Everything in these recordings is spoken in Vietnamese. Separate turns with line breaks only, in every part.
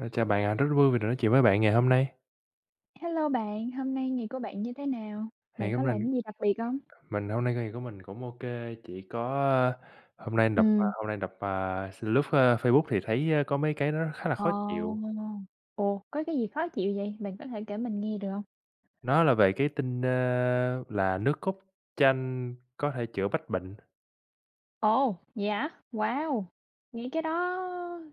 Ê, chào bạn ạ, rất vui vì được nói chuyện với bạn ngày hôm nay.
Hello bạn, hôm nay ngày của bạn như thế nào? Bạn
Ngày
có
hôm nay
làm cái gì đặc biệt không?
mình hôm nay ngày của mình cũng OK, chỉ có, hôm nay đọc, à,
Ừ.
hôm nay đọc, à, s lướt Facebook thì thấy, có mấy cái nó khá là
Ờ.
khó chịu.
Ồ, có cái gì khó chịu vậy? Bạn có thể kể mình nghe được không?
Nó là về cái tin, là nước cốt chanh có thể chữa bách bệnh,
Ồ, vậy hả? Wow! Nghĩ cái đó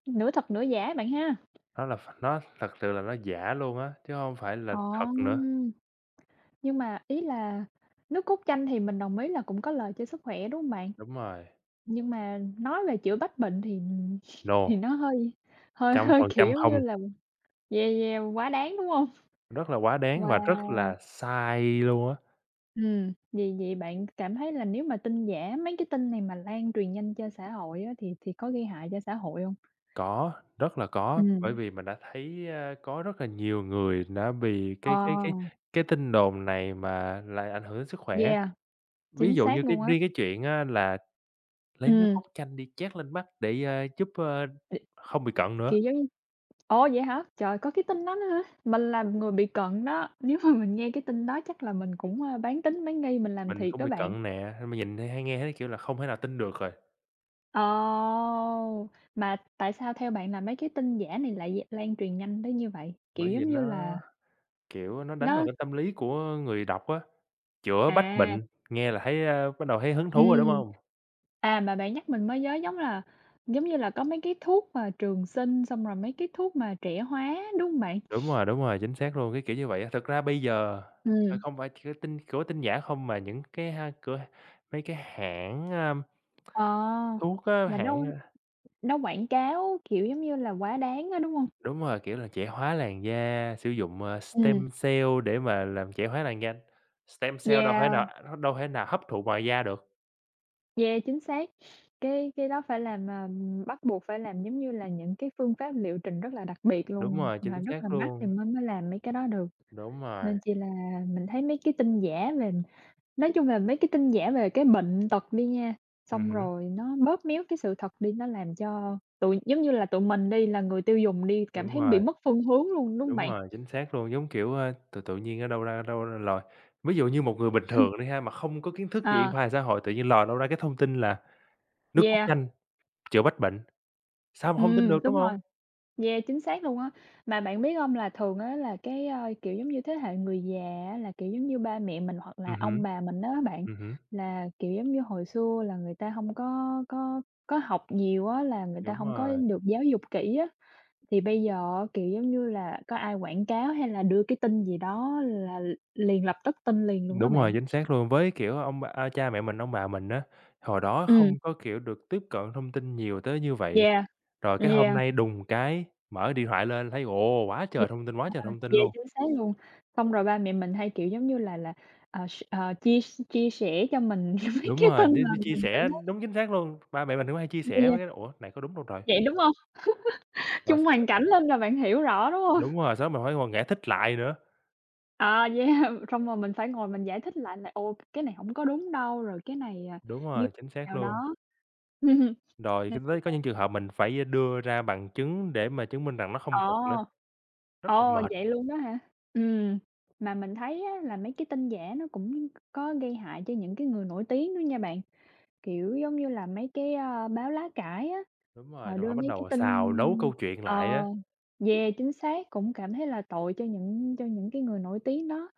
nửa thật nửa giả bạn ha.
nó là nó thật sự là nó giả luôn á, chứ không phải là
Ờ,
thật nữa.
nhưng mà ý là nước cốt chanh thì mình đồng ý là cũng có lợi cho sức khỏe, đúng không bạn?
Đúng rồi,
Nhưng mà nói về chữa bách bệnh thì thì
no,
nó hơi hơi
trăm
hơi,
phần
kiểu,
trăm
giống như
không,
là yeah, yeah, quá đáng, đúng không?
rất là quá đáng và
Wow!
rất là sai luôn á.
Vậy vậy bạn cảm thấy là nếu mà tin giả, mấy cái tin này mà lan truyền nhanh trên xã hội á, thì có gây hại cho xã hội hông?
Có, rất là có, bởi
Ừm.
vì mình đã thấy, có rất là nhiều người đã vì
Ờ,
cái tin đồn này mà lại ảnh hưởng đến sức khỏe.
yeah,
Ví
chính
dụ như
xác
cái
luôn á.
riêng cái chuyện á là lấy nước
Ừm,
cốt chanh đi chát lên mắt để, giúp,
đ
không bị cận nữa.
kiểu, giống như ồ, vậy hả? Trời, có cái tin đó nữa hả? Mình là người bị cận đó, nếu mà mình nghe cái tin đó chắc là mình cũng, bán tín bán nghi, mình làm
Mình
thiệt
cũng
đó
bị
bạn.
cận nè, nên mình nhìn thấy hay nghe thấy, kiểu là, không thể nào tin được rồi.
Ồ! Mà tại sao theo bạn là mấy cái tin giả này lại lan truyền nhanh tới như vậy?
Bởi
Kiểu,
vì
giống như
nó,
là,
kiểu, nó đánh vào
nó
cái tâm lý của người đọc á, chữa bách
à,
bệnh, nghe là thấy, bắt đầu thấy hứng thú rồi, đúng
ừm.
hông?
À, mà bạn nhắc mình mới nhớ giống như là có mấy cái thuốc mà trường sinh, xong rồi mấy cái thuốc mà trẻ hóa, đúng hông bạn?
Đúng rồi, chính xác luôn, cái kiểu như vậy á. Thực ra bây giờ,
Ừm.
không phải chỉ có tin của tin giả không mà những cái ha cửa mấy cái hãng,
Ờ,
thuốc á,
là nó
hãng,
nó quảng cáo, kiểu, giống như là, quá đáng á, đúng hông?
đúng rồi, kiểu là, trẻ hóa làn da, sử dụng,
Ừm.
stem cell để mà làm trẻ hóa làn da. Stem cell đâu thể
Yeah,
nào nó đâu thể nào hấp thụ ngoài da được.
yeah, chính xác. Cái đó phải làm, bắt buộc phải làm giống như là những cái phương pháp liệu trình rất là đặc biệt
Đúng
luôn,
rồi,
mà
chính
rất là
xác
mắc thì
luôn.
mới mới làm mấy cái đó được,
Đúng rồi,
nên chi là mình thấy mấy cái tin giả về nói chung là mấy cái tin giả về cái bệnh tật đi nha, xong
hứm,
rồi nó bóp méo cái sự thật đi, nó làm cho tụi giống như là, tụi mình đi, là người tiêu dùng đi, cảm
đúng
thấy bị
rồi,
mất phương hướng luôn, đúng hông
đúng
bạn?
rồi, chính xác luôn. Giống kiểu, tự tự nhiên ở đâu ra lòi, ví dụ như một người bình thường đi ha, mà không có kiến thức gì về
Ờ,
khoa học xã hội, tự nhiên lòi đâu ra cái thông tin là nước cốt
yeah,
chanh chữa bách bệnh, sao mà hông tin được, đúng
đúng
hông?
rồi, yeah, chính xác luôn á. Mà bạn biết hông là thường á là cái, kiểu, giống như, thế hệ người già á là, kiểu, giống như, ba mẹ mình hoặc là
Hứm,
ông bà mình á bạn,
hứm,
là, kiểu, giống như, hồi xưa là người ta hông có học nhiều á, là người ta
đúng
hông có
rồi,
được giáo dục kỹ á. Thì bây giờ kiểu, giống như là, có ai quảng cáo hay là đưa cái tin gì đó là liền lập tức tin liền luôn đó
đúng
bạn.
rồi, chính xác luôn. Với, kiểu, cha mẹ mình, ông bà mình á, hồi đó
Ừm,
không có, kiểu, được tiếp cận thông tin nhiều tới như vậy,
yeah,
rồi cái hôm
yeah,
nay đùng cái mở điện thoại lên thấy, ồ, quá trời thông
yeah,
tin, quá trời thông tin
yeah,
luôn.
chính xác luôn. Xong rồi ba mẹ mình hay, kiểu, giống như là, chia chia sẻ cho mình mấy
Đúng
cái
rồi,
tin
đi
mà
đi chia
mình cảm
sẻ
thấy
đúng chính xác luôn, ba mẹ mình cũng hay chia sẻ
yeah,
mấy cái đó, ủa, này có đúng đâu trời,
vậy đúng không.
rồi
Chung
s
hoàn cảnh lên là bạn hiểu rõ, đúng không?
đúng rồi, xong mình phải ngồi giải thích lại nữa.
Ờ, yeah, xong rồi mình phải ngồi mình giải thích lại là "ô cái này không có đúng đâu", rồi "Cái này, à,
Đúng
như
rồi, chính xác
nào
luôn.
đó."
Rồi cái tới có những trường hợp mình phải đưa ra bằng chứng để mà chứng minh rằng nó không thật nữa.
Ồ!
Rất là
Ồ,
mệt,
vậy luôn đó hả? Ừm, mà mình thấy á là mấy cái tin giả nó cũng có gây hại cho những cái người nổi tiếng nữa nha bạn, kiểu, giống như là mấy cái, báo lá cải á,
đúng rồi,
họ
rồi
đưa
họ bắt
mấy cái
đầu
tin
xào nấu câu chuyện
ờ,
lại á,
yeah, chính xác, cũng cảm thấy là tội cho những cái người nổi tiếng đó,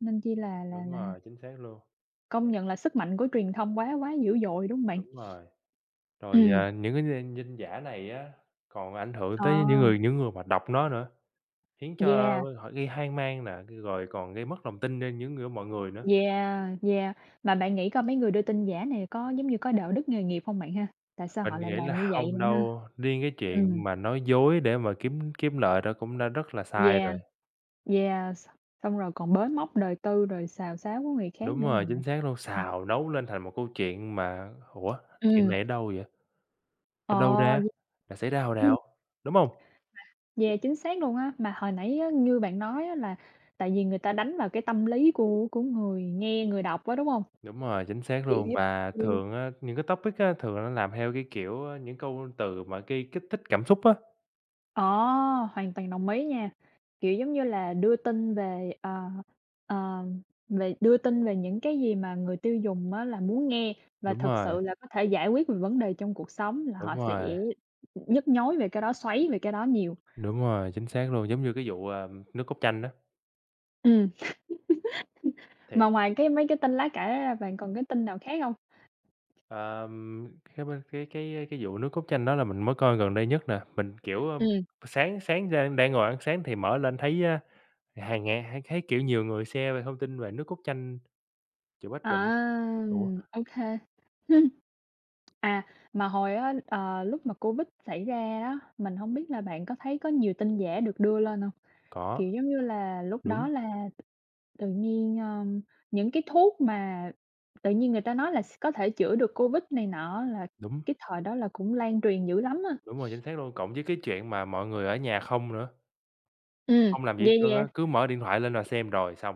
nên chi là là
đúng
là
rồi, chính xác luôn,
công nhận là sức mạnh của truyền thông quá quá dữ dội, đúng hông bạn?
đúng rồi. Rồi,
Ừm,
những cái danh danh giả này á, còn ảnh hưởng
ờ,
tới những người mà đọc nó nữa, khiến cho
yeah.
họ gây hoang mang nè, rồi còn gây mất lòng tin lên những người mọi người nữa.
Yeah, yeah. Mà bạn nghĩ coi mấy người đưa tin giả này có, giống như, có đạo đức nghề nghiệp không bạn ha? Tại sao họ
Mình
lại
nghĩ
làm
là
như vậy
hông
bạn ha?
đâu, riêng cái
Ừ,
chuyện mà nói dối để mà kiếm kiếm lợi đó cũng đã rất là sai
yeah,
rồi.
yeah, xong rồi còn bới móc đời tư rồi xào xáo của người khác
Đúng
nữa
rồi,
là
chính xác luôn,
ừm,
xào nấu lên thành một câu chuyện mà ủa, chuyện
ừm,
này ở đâu vậy? Ở
ờ,
đâu ra?
yeah,
Là xảy ra hồi
Ừ,
nào? Đúng hông?
yeah, chính xác luôn á. Mà hồi nãy á, như bạn nói á là tại vì người ta đánh vào cái tâm lý của người nghe, người đọc á, đúng không?
Đúng rồi, chính xác
Kiểu
luôn. Và
giống
thường á, những cái topic á, thường nó làm theo cái kiểu, những câu từ mà gây kích thích cảm xúc á.
Ờ, hoàn toàn đồng ý nha. Kiểu, giống như là, đưa tin về, ờ, về đưa tin về những cái gì mà người tiêu dùng á là muốn nghe và
Đúng
thực
rồi,
sự là có thể giải quyết về vấn đề trong cuộc sống là họ
đúng
sẽ
rồi,
nhức nhối về cái đó, xoáy về cái đó nhiều.
đúng rồi, chính xác luôn. Giống như cái vụ, nước cốt chanh đó
Ừ, mà
thiệt.
ngoài cái mấy cái tin lá cải ra, bạn còn cái tin nào khác không?
Ờm, cái b cái vụ nước cốt chanh đó là mình mới coi gần đây nhất nè. Mình, kiểu,
Ừ.
sáng sáng ra đang ngồi ăn sáng thì mở lên thấy á, hàng ngàn thấy thấy, kiểu, nhiều người share về thông tin về nước cốt chanh chữa bách bệnh.
À,
Ủa,
ô kê. À, mà hồi á, lúc mà Covid xảy ra đó mình không biết là bạn có thấy có nhiều tin giả được đưa lên không?
có,
Kiểu, giống như là, lúc đó
đúng,
là tự nhiên, những cái thuốc mà tự nhiên người ta nói là có thể chữa được Covid này nọ là
đúng,
cái thời đó là cũng lan truyền dữ lắm á.
đúng rồi, chính xác luôn. Cộng với cái chuyện mà mọi người ở nhà không nữa.
Ừ.
Không làm gì hết
Yeah,
trơn
yeah,
á, cứ mở điện thoại lên là xem rồi xong.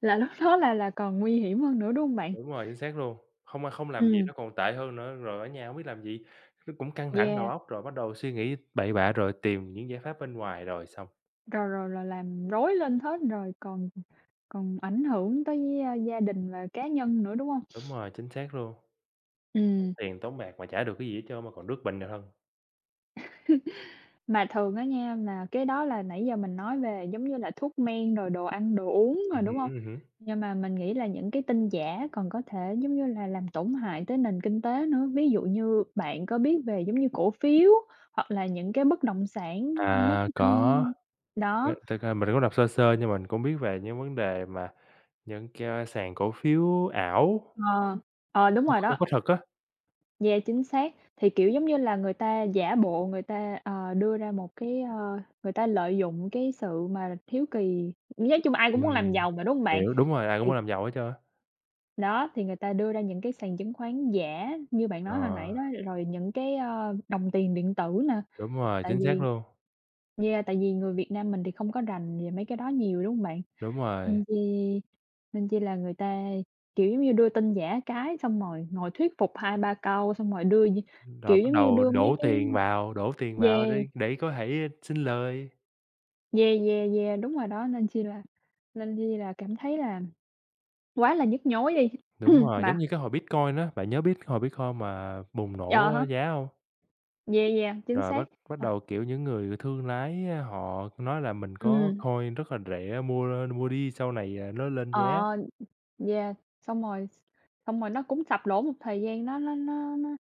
là lúc đó là còn nguy hiểm hơn nữa, đúng không bạn?
Đúng rồi, chính xác luôn, không ai không
Ừ.
làm gì nó còn tệ hơn nữa, rồi ở nhà hông biết làm gì, nó cũng căng thẳng đầu
Yeah,
óc, rồi bắt đầu suy nghĩ bậy bạ, rồi tìm những giải pháp bên ngoài rồi xong.
rồi rồi là làm rối lên hết rồi còn còn ảnh hưởng tới, gia đình và cá nhân nữa, đúng không?
Đúng rồi, chính xác luôn, tốn
Ừ.
tiền tốn bạc mà chả được cái gì hết trơn mà còn rước bệnh vào thân.
Mà thường á nha, là cái đó là nãy giờ mình nói về giống như là thuốc men rồi đồ ăn, đồ uống rồi, đúng không?
Hứm, hứm.
Nhưng mà mình nghĩ là những cái tin giả còn có thể giống như là làm tổn hại tới nền kinh tế nữa. Ví dụ như bạn có biết về giống như cổ phiếu hoặc là những cái bất động sản, mấy
À,
cái
có,
tin đó
thực ra mình cũng đọc sơ sơ nhưng mình cũng biết về những vấn đề mà những cái sàn cổ phiếu ảo,
ờ, đúng
không
rồi đó,
không có thật á.
yeah, chính xác. Thì, kiểu, giống như là, người ta giả bộ người ta, đưa ra một cái, người ta lợi dụng cái sự mà hiếu kỳ nói chung ai cũng muốn làm
Ừm,
giàu mà, đúng không bạn?
hiểu, đúng rồi, ai cũng muốn làm giàu hết trơn á.
Đó, thì người ta đưa ra những cái sàn chứng khoán giả như bạn
Ờ,
nói hồi nãy đó, rồi những cái, đồng tiền điện tử nè,
đúng rồi,
tại
chính xác
vì
luôn.
yeah, tại vì người Việt Nam mình thì không có rành về mấy cái đó nhiều, đúng hông bạn?
Đúng rồi,
Nên chi nên chi là người ta, kiểu, giống như đưa tin giả cái xong rồi ngồi thuyết phục hai ba câu, xong rồi đưa như
rồi
kiểu,
bắt
giống như
đầu
đưa mấy cái
đổ tiền vào
yeah,
để có thể sinh lời.
yeah, yeah, yeah, đúng rồi đó, nên chi là cảm thấy là quá là nhức nhối đi.
Đúng rồi,
Mà
giống như cái hồi Bitcoin á, bạn nhớ biết hồi Bitcoin mà bùng
ờ
nổ,
ha,
giá hông?
yeah, yeah, chính
Rồi
xác.
bắt bắt
Ờ,
đầu, kiểu, những người thương lái á, họ nói là mình có
ừm,
coin rất là rẻ, mua mua đi sau này, nó lên giá.
ờ. Yeah, xong rồi xong rồi nó cũng sập đổ một thời gian, nó nó nó nó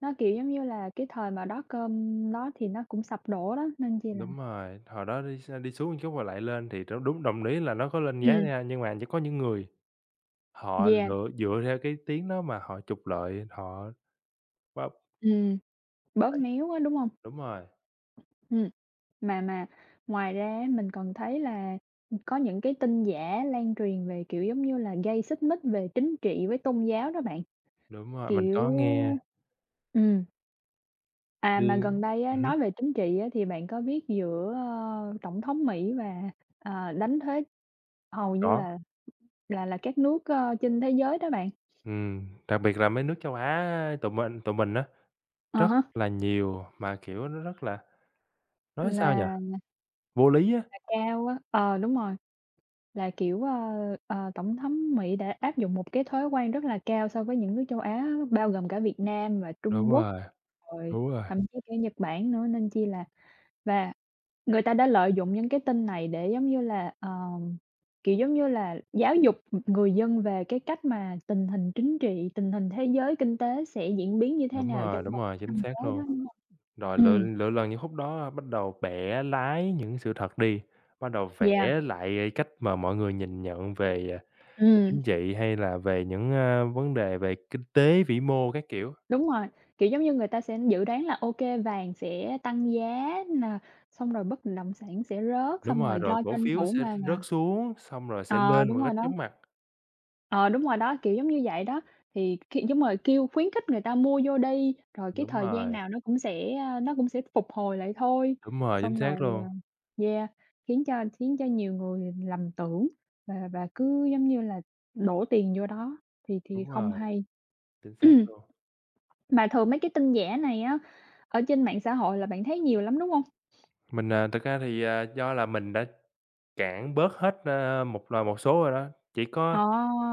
nó, kiểu, giống như là, cái thời mà đó cơm đó thì nó cũng sập đổ đó, nên chi là.
Đúng rồi, hồi đó đi xuống chút rồi lại lên thì nó đúng, đồng ý là nó có lên giá
Ừm.
nha, nhưng mà chỉ có những người họ
Yeah.
lựa dựa theo cái tiếng đó mà họ trục lợi, họ
Ừm. Bóp
đấy,
méo á, đúng hông?
đúng rồi.
Ừm, mà ngoài ra á mình còn thấy là, có những cái tin giả lan truyền về, kiểu, giống như là, gây xích mích về chính trị với tôn giáo đó bạn,
Đúng rồi, mình
kiểu
có nghe,
ừm. À, mà gần
đương
đây á,
hứm,
nói về chính trị á, thì bạn có biết giữa, Tổng thống Mỹ và, đánh thuế hầu như
có,
là các nước, trên thế giới đó bạn,
đặc biệt là mấy nước châu Á tụi mình á,
à
rất
há,
là nhiều mà, kiểu, nó rất là nói sao nhỉ,
là
vô lý á.
là cao á, ờ, đúng rồi, là, kiểu, Tổng thống Mỹ đã áp dụng một cái thuế quan rất là cao so với những nước châu Á, bao gồm cả Việt Nam và
Đúng
Trung Quốc,
rồi,
rồi
đúng rồi,
thậm chí cả Nhật Bản nữa, nên chi là. Và người ta đã lợi dụng những cái tin này để, giống như là, kiểu, giống như là, giáo dục người dân về cái cách mà tình hình chính trị, tình hình thế giới, kinh tế sẽ diễn biến như thế
đúng
nào trong
rồi, đúng
một
rồi, chính
năm
xác
tới đó,
luôn.
đúng hông?
Rồi lựa
Ừm,
lựa lần những khúc đó bắt đầu bẻ lái những sự thật đi, bắt đầu
yeah,
vẽ lại cách mà mọi người nhìn nhận về,
ừm,
chính trị hay là về những, vấn đề về kinh tế vĩ mô các kiểu.
đúng rồi, kiểu, giống như, người ta sẽ dự đoán là ô kê vàng sẽ tăng giá nè, xong rồi bất động sản sẽ rớt,
Đúng
xong
rồi,
rồi
rồi
lo
cổ
tranh
phiếu
thủ
sẽ
mà
rớt
mà
xuống, xong rồi sẽ
Ờ,
lên
đúng
một
rồi
cách
đó.
chóng mặt.
Ờ, đúng rồi đó, kiểu, giống như vậy đó. Thì khi giống rồi, kêu khuyến khích người ta mua vô đi, rồi cái
Đúng
thời gian
rồi,
nào nó cũng sẽ, nó cũng sẽ phục hồi lại thôi.
đúng rồi, chính
Xong rồi,
xác luôn,
yeah, khiến cho nhiều người lầm tưởng và cứ, giống như là, đổ tiền vô đó thì
đúng
không
rồi,
hay.
chính xác luôn.
Mà thường mấy cái tin giả này á, ở trên mạng xã hội là bạn thấy nhiều lắm, đúng hông?
Mình, thực ra thì, do là mình đã cản bớt hết, một số rồi đó, chỉ
Ờ.
có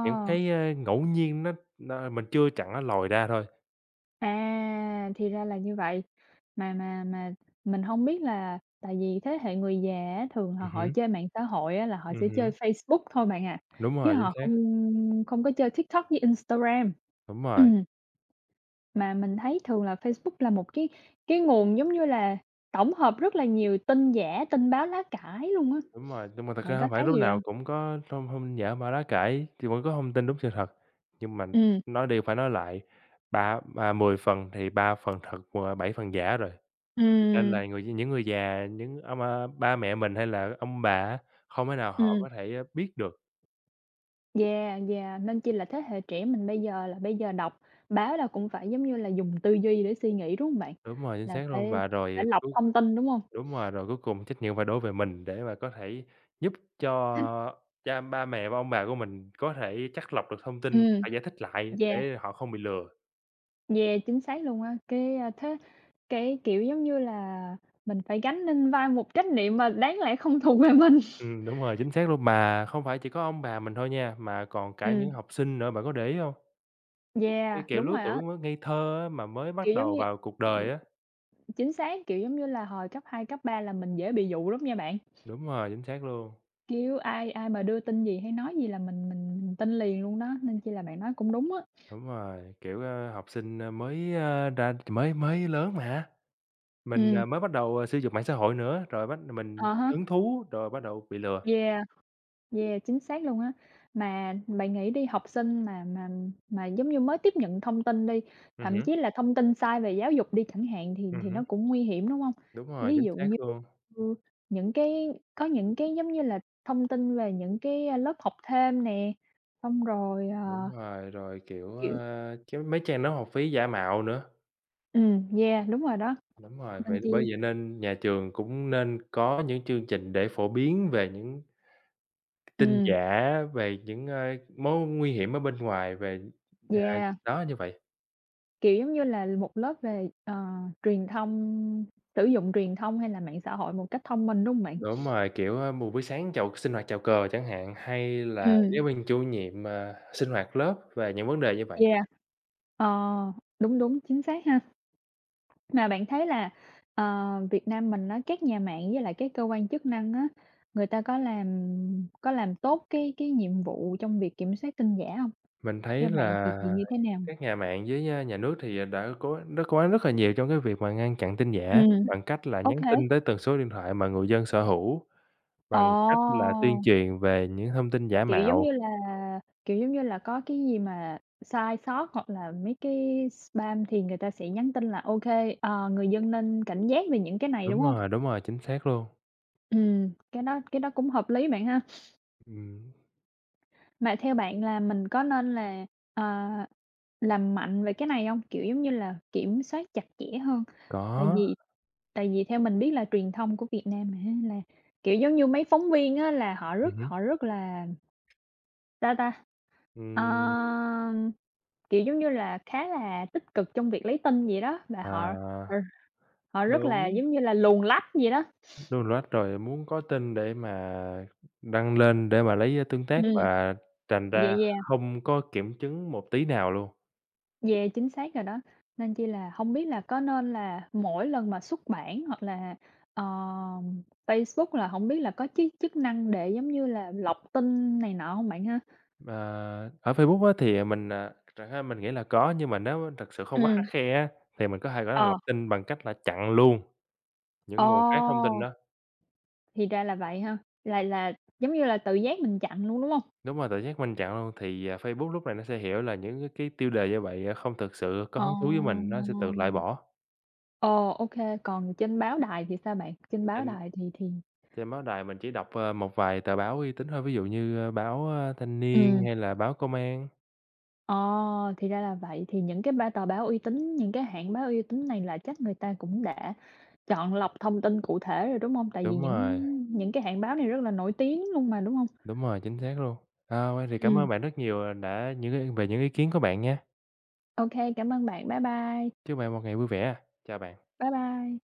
những cái, ngẫu nhiên nó mình chưa chặn nó lòi ra thôi.
À, thì ra là như vậy. Mà mình hông biết là tại vì thế hệ người già á, thường là họ
Hứm,
chơi mạng xã hội á, là họ sẽ chơi
hứm,
Facebook thôi bạn à,
đúng
chứ
rồi, chính
họ không
xác,
không có chơi TikTok với Instagram.
đúng rồi,
Ừm, mà mình thấy thường là Facebook là một cái nguồn giống như là tổng hợp rất là nhiều tin giả, tin báo lá cải luôn á.
đúng rồi, nhưng mà thật
Bạn
ra
có
hông phải
thấy
lúc
vậy
nào
hông?
cũng có thông thông giả mạo lá cải, thì vẫn có thông tin đúng sự thật, nhưng mà
Ừm,
nói đi phải nói lại, 10 phần thì 3 phần thật, 7 phần giả rồi. Nên
ừm,
là những người già, những ông, ba mẹ mình hay là ông bà á, không thể nào họ
ừm.
có thể, biết được
Yeah, yeah, nên chỉ là thế hệ trẻ mình bây giờ là bây giờ đọc báo là cũng phải, giống như là, dùng tư duy để suy nghĩ, đúng hông bạn?
đúng rồi, chính
Là
xác luôn.
phải
Và rồi
phải
à,
lọc
cuối
thông tin, đúng hông?
đúng rồi, rồi cuối cùng trách nhiệm phải đổ về mình để mà có thể giúp cho ba mẹ và ông bà của mình có thể chắt lọc được thông tin,
Ừm,
phải giải thích lại
yeah,
để họ không bị lừa.
yeah, chính xác luôn á. Cái, a, thế cái, kiểu, giống như là, mình phải gánh lên vai một trách nhiệm mà đáng lẽ không thuộc về mình.
Đúng rồi, chính xác luôn. Mà không phải chỉ có ông bà mình thôi nha, mà còn cả những
Ừm,
học sinh nữa, bạn có để ý hông? Cái
yeah,
kiểu
đúng
lứa
rồi á,
tuổi mới ngây thơ á, mà mới
kiểu,
bắt
giống
đầu
như
vào cuộc
ừm,
đời á.
chính xác, kiểu, giống như là, hồi cấp 2 cấp 3 là mình dễ bị dụ lắm nha bạn,
Đúng rồi, chính xác luôn.
kiểu, ai ai mà đưa tin gì hay nói gì là mình tin liền luôn đó, nên chi là bạn nói cũng đúng á.
Đúng rồi, kiểu, học sinh, mới, ơ, ra mới mới lớn mà, mình,
Ừm,
mới bắt đầu, sử dụng mạng xã hội nữa, rồi bắt
à
mình
há,
hứng thú, rồi bắt đầu bị lừa.
yeah, yeah, chính xác luôn á. Mà bạn nghĩ đi, học sinh mà giống như mới tiếp nhận thông tin đi, thậm
Hứm,
chí là thông tin sai về giáo dục đi chẳng hạn thì thì
hứm.
nó cũng nguy hiểm, đúng hông?
Đúng rồi,
Ví
chính
dụ
xác
như,
luôn.
ư, những cái Có những cái giống như là thông tin về những cái, a, lớp học thêm nè, xong rồi, ờ,
Đúng rồi, rồi, kiểu,
kiểu
cái mấy trang đó học phí giả mạo nữa.
yeah, đúng rồi đó,
Đúng rồi,
nên
vậy
chi
bởi vậy nên nhà trường cũng nên có những chương trình để phổ biến về những tin
ừm,
giả, về những, mối nguy hiểm ở bên ngoài, về, à,
yeah.
đó, như vậy.
Kiểu, giống như là, một lớp về, ờ, truyền thông sử dụng truyền thông hay là mạng xã hội một cách thông minh, đúng hông bạn?
Đúng rồi, kiểu, một buổi sáng sinh hoạt chào cờ chẳng hạn, hay là
Ừm.
giáo viên chủ nhiệm, sinh hoạt lớp về những vấn đề như vậy.
Yeah. Ờ, đúng, đúng, chính xác ha. Mà bạn thấy là, ờ, Việt Nam mình á, các nhà mạng với lại các cơ quan chức năng á, người ta có làm tốt cái nhiệm vụ trong việc kiểm soát tin giả hông?
Mình
Theo
thấy
bạn thì
là
thì như thế nào?
các nhà mạng với, nhà nước thì đã cố gắng rất là nhiều trong cái việc mà ngăn chặn tin giả,
Ừm.
bằng cách là
Ô
nhắn
kê.
tin tới từng số điện thoại mà người dân sở hữu, bằng cách là tuyên
Ồ!
truyền về những thông tin giả
Kiểu, giống
mạo.
như là, Kiểu, giống như là, có cái gì mà sai sót hoặc là mấy cái spam thì người ta sẽ nhắn tin là ok ờ, người dân nên cảnh giác về những cái này", đúng
Đúng
hông?
rồi, đúng rồi, chính xác luôn.
Cái đó cũng hợp lý bạn ha.
Ừm,
Mà theo bạn là mình có nên là, ờ, làm mạnh về cái này hông? Kiểu, giống như là, kiểm soát chặt chẽ hơn, tại
có,
vì tại vì theo mình biết là truyền thông của Việt Nam mà ha, là, kiểu, giống như, mấy phóng viên á là họ rất
hứm,
họ rất là sao ta? Ờ,
ừm,
kiểu, giống như là, khá là tích cực trong việc lấy tin vậy đó, và họ ừ,
à,
họ rất là,
đúng.
giống như là, luồn lách vậy đó.
Đúng loát rồi, muốn có tin để mà đăng lên để mà lấy, tương tác
Ừm,
và thành
yeah,
ra
yeah,
không có kiểm chứng một tí nào luôn.
yeah, chính xác rồi đó. Nên chi là không biết là có nên là mỗi lần mà xuất bản hoặc là, ờ, Facebook là không biết là có chức chức năng để, giống như là, lọc tin này nọ không bạn ha?
Ờ, ở Facebook á thì mình, thật ra mình nghĩ là có, nhưng mà nếu thật sự không quá khắt
Ừm.
khe á, thì mình có thể, gọi là,
Ờ,
lọc tin bằng cách là chặn luôn những
ồ,
nguồn phát thông tin đó.
thì ra là vậy ha, là giống như là tự giác mình chặn luôn, đúng không?
Đúng rồi, tự giác mình chặn luôn thì, Facebook lúc này nó sẽ hiểu là những cái tiêu đề như vậy, không thực sự có
Ờ.
hứng thú với mình, nó sẽ tự loại bỏ.
Ồ, ok. Còn trên báo đài thì sao bạn? Trên báo
Nên
đài thì
Trên báo đài mình chỉ đọc, một vài tờ báo uy tín thôi, ví dụ như, báo, Thanh Niên
ừm,
hay là báo Công an.
ờ, thì ra là vậy, thì những cái ba tờ báo uy tín, những cái hãng báo uy tín này là chắc người ta cũng đã chọn lọc thông tin cụ thể rồi, đúng không? Tại vì
Đúng
những
rồi,
những cái hãng báo này rất là nổi tiếng luôn mà, đúng không?
đúng rồi, chính xác luôn. À, thì cảm ơn
Ừm.
bạn rất nhiều, đã những về những ý kiến của bạn nha.
Ô, cảm ơn bạn, bye bye.
Chúc bạn một ngày vui vẻ. Chào bạn.
Bye bye.